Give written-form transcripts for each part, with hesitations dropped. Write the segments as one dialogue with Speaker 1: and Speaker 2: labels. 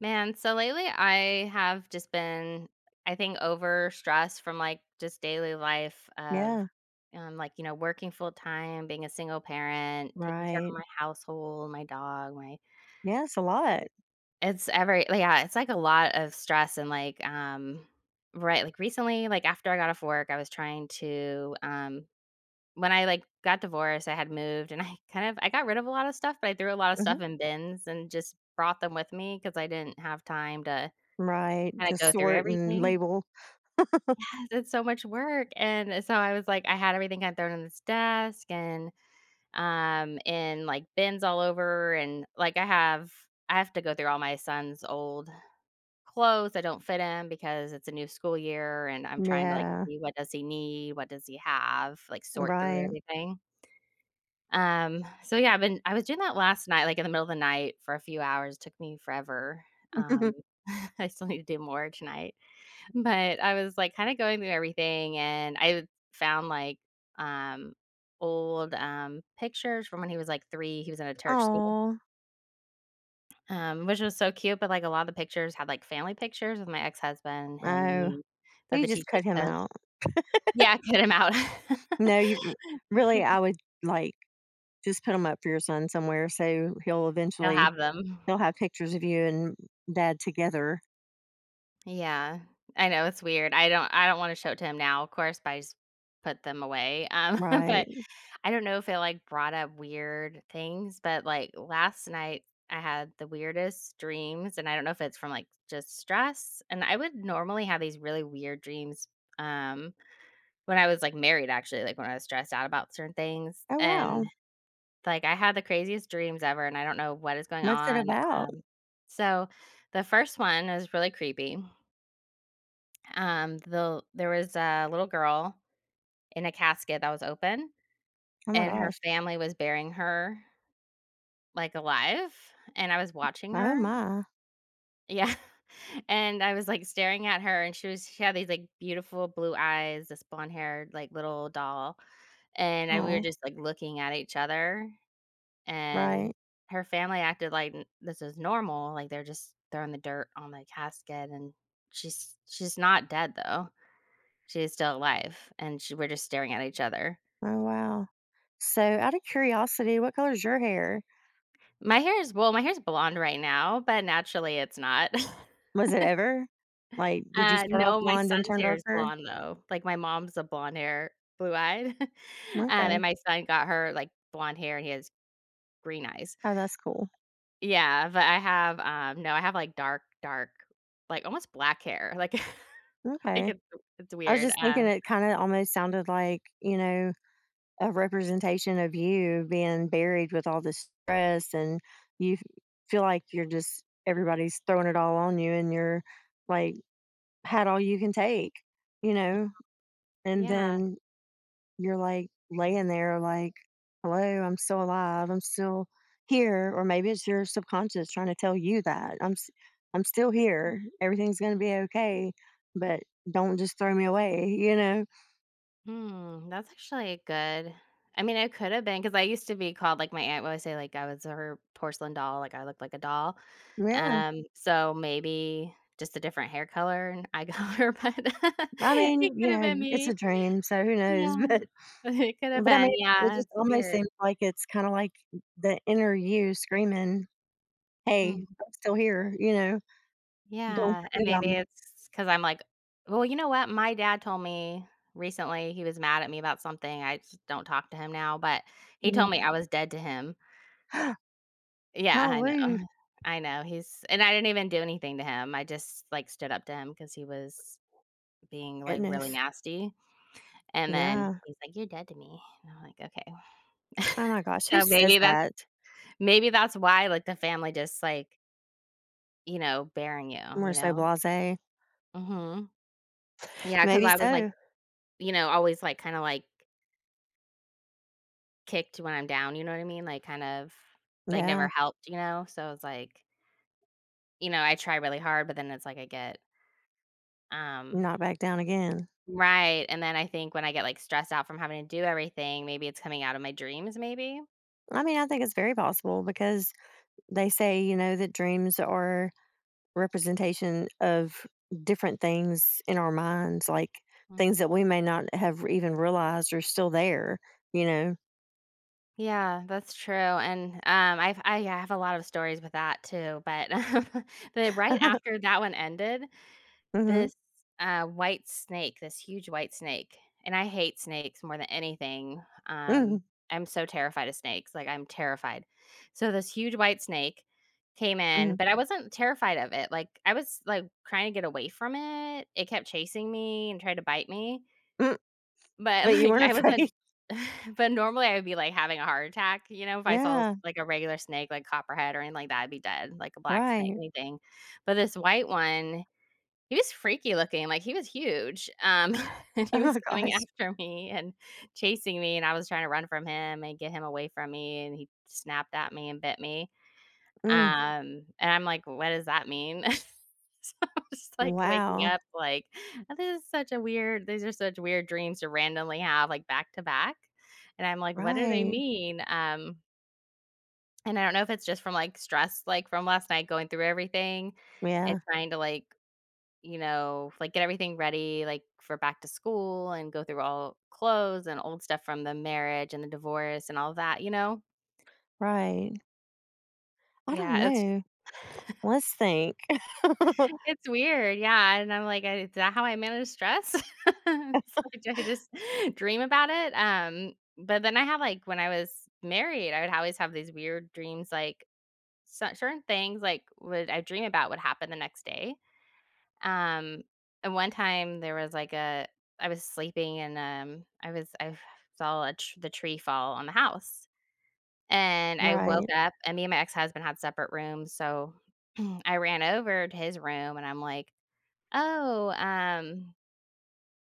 Speaker 1: Man, so lately I have just been, I think, over stressed from just daily life of
Speaker 2: Yeah,
Speaker 1: working full time, being a single parent, taking care
Speaker 2: right.
Speaker 1: of my household, my dog, my
Speaker 2: Yeah, it's a lot.
Speaker 1: It's yeah, it's like a lot of stress and right, like recently, like after I got off work, I was trying to. When I got divorced, I had moved and I I got rid of a lot of stuff, but I threw a lot of stuff
Speaker 2: Mhm.
Speaker 1: in bins and just brought them with me because I didn't have time to
Speaker 2: Right,
Speaker 1: kinda
Speaker 2: to
Speaker 1: go through
Speaker 2: sort and
Speaker 1: everything.
Speaker 2: label.
Speaker 1: Yes, it's so much work, and so I was like I had everything kinda thrown on this desk and, in, like, bins all over and, like, I have to go through all my son's old clothes that don't fit him because it's a new school year, and I'm trying to, like,
Speaker 2: Yeah,
Speaker 1: see what does he need, what does he have, like, sort through
Speaker 2: right.
Speaker 1: everything. So yeah, I was doing that last night, like, in the middle of the night for a few hours, took me forever. Um, I still need to do more tonight. But I was, like, kinda going through everything, and I found, um, old, pictures from when he was, like, 3, he was in a church school,
Speaker 2: Oh,
Speaker 1: which was so cute, but, like, a lot of the pictures had, like, family pictures with my ex-husband, him,
Speaker 2: no.
Speaker 1: me,
Speaker 2: Well,
Speaker 1: that
Speaker 2: you
Speaker 1: the
Speaker 2: just
Speaker 1: teachers
Speaker 2: cut him
Speaker 1: took.
Speaker 2: out.
Speaker 1: Yeah, cut him out.
Speaker 2: No, you mm, really, I would, like, just put him up for your son somewhere so he'll
Speaker 1: He'll
Speaker 2: eventually
Speaker 1: have them.
Speaker 2: he'll have pictures of you and dad together.
Speaker 1: Yeah. I know, it's weird. I don't wanna show it to him now, of course, but I just put them away, but
Speaker 2: Right.
Speaker 1: I don't know if it, like, brought up weird things, but, like, last night I had the weirdest dreams, and I don't know if it's from, like, just stress, and I would normally have these really weird dreams, um, when I was, like, married, actually, like, when I was stressed out about certain things,
Speaker 2: Oh,
Speaker 1: and,
Speaker 2: wow.
Speaker 1: like, I had the craziest dreams ever, and I don't know what is going
Speaker 2: What's it
Speaker 1: on,
Speaker 2: about?
Speaker 1: um, so the first one was really creepy, there was a little girl in a casket that was open,
Speaker 2: Oh my
Speaker 1: and her
Speaker 2: gosh.
Speaker 1: family was burying her, like, alive, and I was watching
Speaker 2: Oh
Speaker 1: her.
Speaker 2: my.
Speaker 1: Yeah, and I was, like, staring at her, and she had these, like, beautiful blue eyes, this blonde-haired, like, little doll, and I we were
Speaker 2: Oh,
Speaker 1: just, like, looking at each other, and
Speaker 2: right.
Speaker 1: her family acted like n this is normal, like, they're just throwing the dirt on the casket, and she's not dead, though. She is still alive, and she we're just staring at each other.
Speaker 2: Oh, wow. So, out of curiosity, what color is your hair?
Speaker 1: My hair is Well, my hair's blonde right now, but naturally, it's not.
Speaker 2: Was it ever? Like, did you start off
Speaker 1: No, my
Speaker 2: blonde and
Speaker 1: son's
Speaker 2: turn
Speaker 1: hair is
Speaker 2: darker?
Speaker 1: blonde, though. Like, my mom's a blonde hair, blue-eyed,
Speaker 2: Okay.
Speaker 1: and my son got her, like, blonde hair, and he has green eyes.
Speaker 2: Oh, that's cool.
Speaker 1: Yeah, but I have, no, I have, like, dark, dark, like, almost black hair, like like,
Speaker 2: Okay.
Speaker 1: it's it's
Speaker 2: I was
Speaker 1: weird,
Speaker 2: just thinking it kinda almost sounded like, you know, a representation of you being buried with all this stress and you f feel like you're just everybody's throwing it all on you and you're, like, had all you can take, you know, and
Speaker 1: yeah.
Speaker 2: then you're, like, laying there, like, "Hello, I'm still alive, I'm still here," or maybe it's your subconscious trying to tell you that, "I'm still here, everything's gonna be okay, but don't just throw me away," you know?
Speaker 1: Hmm, that's actually good. I mean, I could have been because I used to be called like my aunt would always say like I was her porcelain doll, like I looked like a doll.
Speaker 2: Yeah,
Speaker 1: So maybe just a different hair color and eye color, but
Speaker 2: I mean,
Speaker 1: it
Speaker 2: you
Speaker 1: could have been
Speaker 2: know, it's a
Speaker 1: me.
Speaker 2: dream, so who knows,
Speaker 1: Yeah, it could have
Speaker 2: but, I mean,
Speaker 1: been.
Speaker 2: it
Speaker 1: Yeah,
Speaker 2: just
Speaker 1: it's
Speaker 2: almost
Speaker 1: weird.
Speaker 2: seems like it's kinda like the inner you screaming, "Hey,
Speaker 1: Mm,
Speaker 2: I'm still here," you know? "Don't
Speaker 1: yeah, and
Speaker 2: forget about
Speaker 1: maybe
Speaker 2: me."
Speaker 1: it's because I'm like, well, you know what? My dad told me recently he was mad at me about something. I just don't talk to him now, but he
Speaker 2: Mhm.
Speaker 1: told me I was dead to him. Yeah,
Speaker 2: How
Speaker 1: I
Speaker 2: rude.
Speaker 1: know. I know, he's and I didn't even do anything to him, I just, like, stood up to him because he was being, like, really
Speaker 2: Goodness.
Speaker 1: nasty, and then
Speaker 2: Yeah.
Speaker 1: he's like, "You're dead to me," and I'm like, "Okay."
Speaker 2: Oh my gosh, who
Speaker 1: So
Speaker 2: says that?
Speaker 1: maybe that's why, like, the family just, like, you know, bearing you,
Speaker 2: We're
Speaker 1: you
Speaker 2: so
Speaker 1: know?
Speaker 2: blasé.
Speaker 1: Mhm. Because
Speaker 2: Maybe
Speaker 1: I was, like,
Speaker 2: so.
Speaker 1: you know, always, like, kinda, like, kicked when I'm down, you know what I mean? Like, kind of like,
Speaker 2: Yeah,
Speaker 1: never helped, you know? So, it's like, you know, I try really hard, but then it's like I get, um
Speaker 2: not back down again.
Speaker 1: right, and then I think when I get, like, stressed out from having to do everything, maybe it's coming out of my dreams, maybe?
Speaker 2: I mean, I think it's very possible because they say, you know, that dreams are representation of different things in our minds, like things
Speaker 1: Mhm.
Speaker 2: that we may not have even realized are still there, you know?
Speaker 1: Yeah, that's true, and, I've I yeah, I have a lot of stories with that too, but the right after that one ended
Speaker 2: Mhm.
Speaker 1: this, white snake, this huge white snake, and I hate snakes more than anything, um,
Speaker 2: Mhm.
Speaker 1: I'm so terrified of snakes, like, I'm terrified. So this huge white snake came in,
Speaker 2: Mhm.
Speaker 1: but I wasn't terrified of it, like, I was, like, trying to get away from it, it kept chasing me and tried to bite me,
Speaker 2: Mm,
Speaker 1: but,
Speaker 2: but you
Speaker 1: like,
Speaker 2: weren't
Speaker 1: I
Speaker 2: afraid.
Speaker 1: wasn't but normally, I would be, like, having a heart attack, you know, if I saw,
Speaker 2: Yeah,
Speaker 1: like, a regular snake, like copperhead or anything like that, I'd be dead, like a black snake,
Speaker 2: right.
Speaker 1: anything, but this white one he was freaky looking, like, he was huge, and
Speaker 2: Oh
Speaker 1: he was
Speaker 2: my
Speaker 1: coming
Speaker 2: gosh.
Speaker 1: after me and chasing me, and I was trying to run from him and get him away from me, and he snapped at me and bit me,
Speaker 2: Mm,
Speaker 1: and I'm like, "What does that mean?" So I'm just, like, waking
Speaker 2: wow.
Speaker 1: up, like, "Oh, "This is such a weird these are such weird dreams to randomly have, like, back to back," and I'm like, "What do they
Speaker 2: Right.
Speaker 1: mean?" And I don't know if it's just from, like, stress, like, from last night going through everything and
Speaker 2: Yeah,
Speaker 1: trying to, like, you know, like get everything ready like for back to school and go through all clothes and old stuff from the marriage and the divorce and all that, you know?
Speaker 2: right. I don't
Speaker 1: Yeah, it's
Speaker 2: know. Let's think.
Speaker 1: weird. Yeah, and I'm like, "I- is that how I manage stress? It's like, do I just dream about it? But then I have like when I was married, I would always have these weird dreams, like certain things like would I dream about would happen the next day. Um, and one time there was like a I was sleeping and, I saw a tr the tree fall on the house, and I woke
Speaker 2: Right.
Speaker 1: up and me and my ex-husband had separate rooms, so I ran over to his room and I'm like, "Oh, um,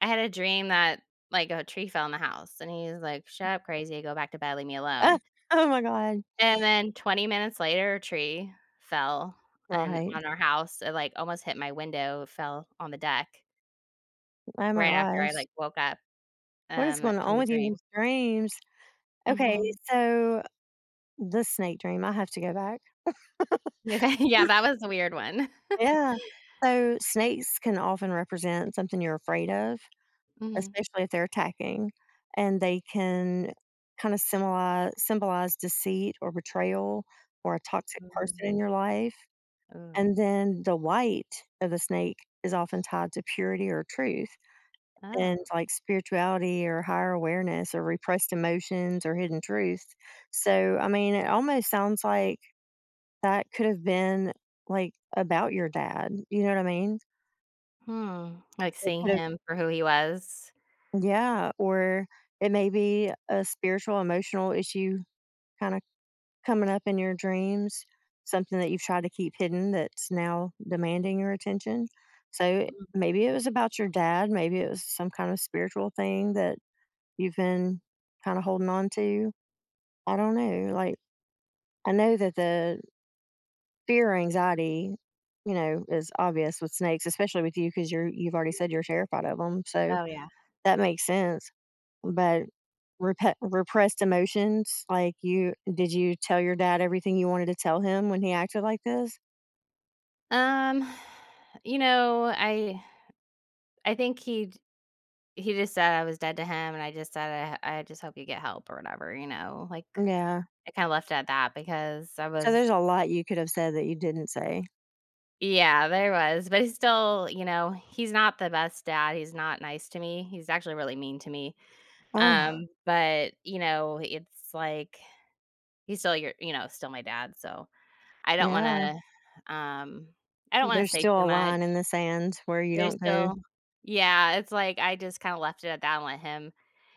Speaker 1: "I had a dream that, like, a tree fell in the house," and he's like, "Shut up, crazy, go back to bed, leave me
Speaker 2: Uh,
Speaker 1: alone,"
Speaker 2: oh my god.
Speaker 1: and then 20 minutes later, a tree fell and
Speaker 2: Right.
Speaker 1: on our house, it, like, almost hit my window, it fell on the deck,
Speaker 2: Oh my
Speaker 1: right after I,
Speaker 2: gosh.
Speaker 1: like, woke up,
Speaker 2: What is going
Speaker 1: from
Speaker 2: on
Speaker 1: the
Speaker 2: with you
Speaker 1: dream.
Speaker 2: these dreams? Okay,
Speaker 1: Mhm.
Speaker 2: so the snake dream, I have to go back.
Speaker 1: Yeah, that was a weird one.
Speaker 2: Yeah. So snakes can often represent something you're afraid of,
Speaker 1: Mhm.
Speaker 2: especially if they're attacking, and they can kind of symbolize deceit or betrayal or a toxic person
Speaker 1: Mhm.
Speaker 2: in your life.
Speaker 1: Ugh.
Speaker 2: And then the white of the snake is often tied to purity or truth, and
Speaker 1: Oh.
Speaker 2: like spirituality or higher awareness or repressed emotions or hidden truth. So, I mean, it almost sounds like that could have been like about your dad. You know what I mean?
Speaker 1: Hmm, like,
Speaker 2: It
Speaker 1: seeing
Speaker 2: could have,
Speaker 1: him for who he was.
Speaker 2: yeah. Or it may be a spiritual, emotional issue kind of coming up in your dreams, something that you've tried to keep hidden that's now demanding your attention. So,
Speaker 1: Mm.
Speaker 2: maybe it was about your dad. Maybe it was some kind of spiritual thing that you've been kind of holding on to. I don't know, like, I know that the fear, or anxiety, you know, is obvious with snakes, especially with you, because you've already said you're terrified of them. So
Speaker 1: Oh, yeah.
Speaker 2: that makes sense, but repe repressed emotions, like, you did you tell your dad everything you wanted to tell him when he acted like this?
Speaker 1: Um, you know, I think he just said I was dead to him, and I just said, "I just hope you get help," or whatever, you know? Like,
Speaker 2: Yeah,
Speaker 1: I kinda left it at that because I
Speaker 2: so there's
Speaker 1: was
Speaker 2: a lot you could have said that you didn't say.
Speaker 1: yeah, there was, but he's still you know, he's not the best dad, he's not nice to me, he's actually really mean to me.
Speaker 2: Oh,
Speaker 1: But, you know, it's like he's still you know, still my dad, so I don't
Speaker 2: yeah,
Speaker 1: wanna, um, I don't wanna
Speaker 2: there's
Speaker 1: say
Speaker 2: still
Speaker 1: too
Speaker 2: a
Speaker 1: much.
Speaker 2: line in the sand where you
Speaker 1: There's
Speaker 2: don't go,
Speaker 1: still yeah, it's like I just kinda left it at that and let him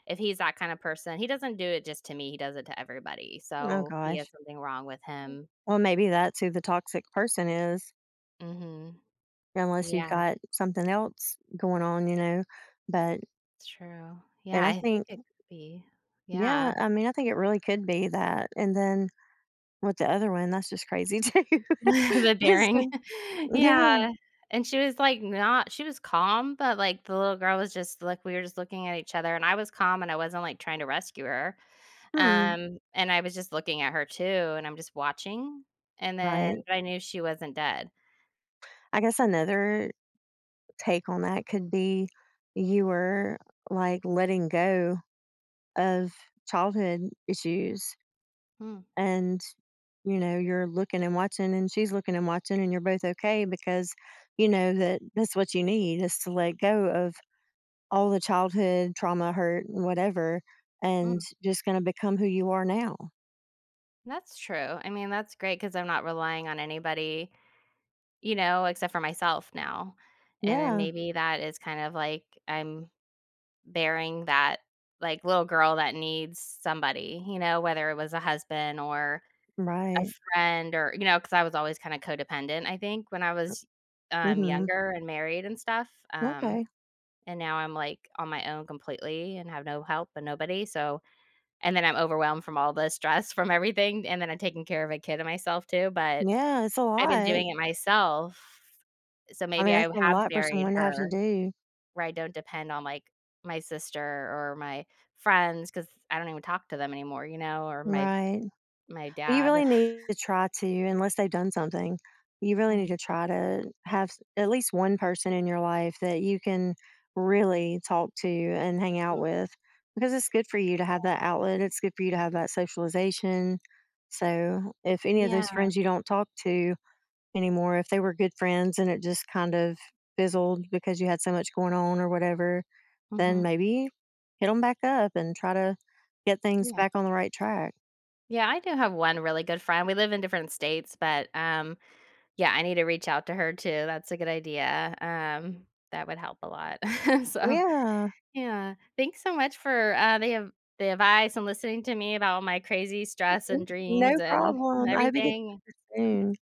Speaker 1: if he's that kind of person he doesn't do it just to me, he does it to everybody,
Speaker 2: "Oh
Speaker 1: so he
Speaker 2: gosh."
Speaker 1: has something wrong with him.
Speaker 2: Well, maybe that's who the toxic person is,
Speaker 1: Mhm.
Speaker 2: unless you've
Speaker 1: Yeah,
Speaker 2: got something else going on, you know. But
Speaker 1: it's true.
Speaker 2: and
Speaker 1: Yeah,
Speaker 2: I
Speaker 1: I think
Speaker 2: think,
Speaker 1: it could be. Yeah.
Speaker 2: yeah, I mean, I think it really could be that. And then with the other one, that's just crazy too.
Speaker 1: The
Speaker 2: It's
Speaker 1: daring.
Speaker 2: like, yeah,
Speaker 1: Yeah, and she was, like, not she was calm, but, like, the little girl was just, we were just looking at each other, and I was calm, and I wasn't, like, trying to rescue her,
Speaker 2: hmm,
Speaker 1: and I was just looking at her too, and I'm just watching, and then
Speaker 2: right.
Speaker 1: but I knew she wasn't dead.
Speaker 2: I guess another take on that could be you were like letting go of childhood issues,
Speaker 1: Mm,
Speaker 2: and you know you're looking and watching and she's looking and watching and you're both okay because you know that that's what you need is to let go of all the childhood trauma, hurt, and whatever, and
Speaker 1: mm,
Speaker 2: just gonna become who you are now.
Speaker 1: that's true. I mean, that's great because 'cause I'm not relying on anybody, you know, except for myself now, and then
Speaker 2: Yeah,
Speaker 1: maybe that is kind of, like, I'm bearing that, like, little girl that needs somebody, you know, whether it was a husband or a
Speaker 2: right.
Speaker 1: friend or you know, because I was always kinda codependent, I think, when I was,
Speaker 2: Mhm.
Speaker 1: younger and married and stuff,
Speaker 2: Okay.
Speaker 1: and now I'm, like, on my own completely and have no help and nobody, so and then I'm overwhelmed from all the stress from everything, and then I'm taking care of a kid and myself too, but
Speaker 2: Yeah, it's a
Speaker 1: I've been
Speaker 2: lot.
Speaker 1: doing it myself, so
Speaker 2: I
Speaker 1: maybe
Speaker 2: mean,
Speaker 1: I
Speaker 2: that's a
Speaker 1: have
Speaker 2: lot for
Speaker 1: buried
Speaker 2: someone to have to
Speaker 1: her
Speaker 2: do.
Speaker 1: where I don't depend on, like, my sister or my friends because I don't even talk to them anymore, you know, or
Speaker 2: Right.
Speaker 1: my
Speaker 2: You
Speaker 1: dad.
Speaker 2: really need to try to unless they've done something, you really need
Speaker 1: Mhm.
Speaker 2: to try to have s at least one person in your life that you can really talk to and hang out with, because it's good for you to have that outlet, it's good for you to have that socialization. So, if any of
Speaker 1: Yeah,
Speaker 2: those friends you don't talk to anymore, if they were good friends and it just kind of fizzled because you had so much going on or whatever, then
Speaker 1: mhm,
Speaker 2: maybe hit them back up and try to get things
Speaker 1: yeah.
Speaker 2: back on the right track.
Speaker 1: Yeah, I do have one really good friend, we live in different states, but, yeah, I need to reach out to her too, that's a good idea, that would help a lot. So,
Speaker 2: Yeah.
Speaker 1: yeah, thanks so much for, the advice and listening to me about all my crazy stress
Speaker 2: Mm,
Speaker 1: and
Speaker 2: no
Speaker 1: dreams and
Speaker 2: problem. I hope you get
Speaker 1: everything.
Speaker 2: soon.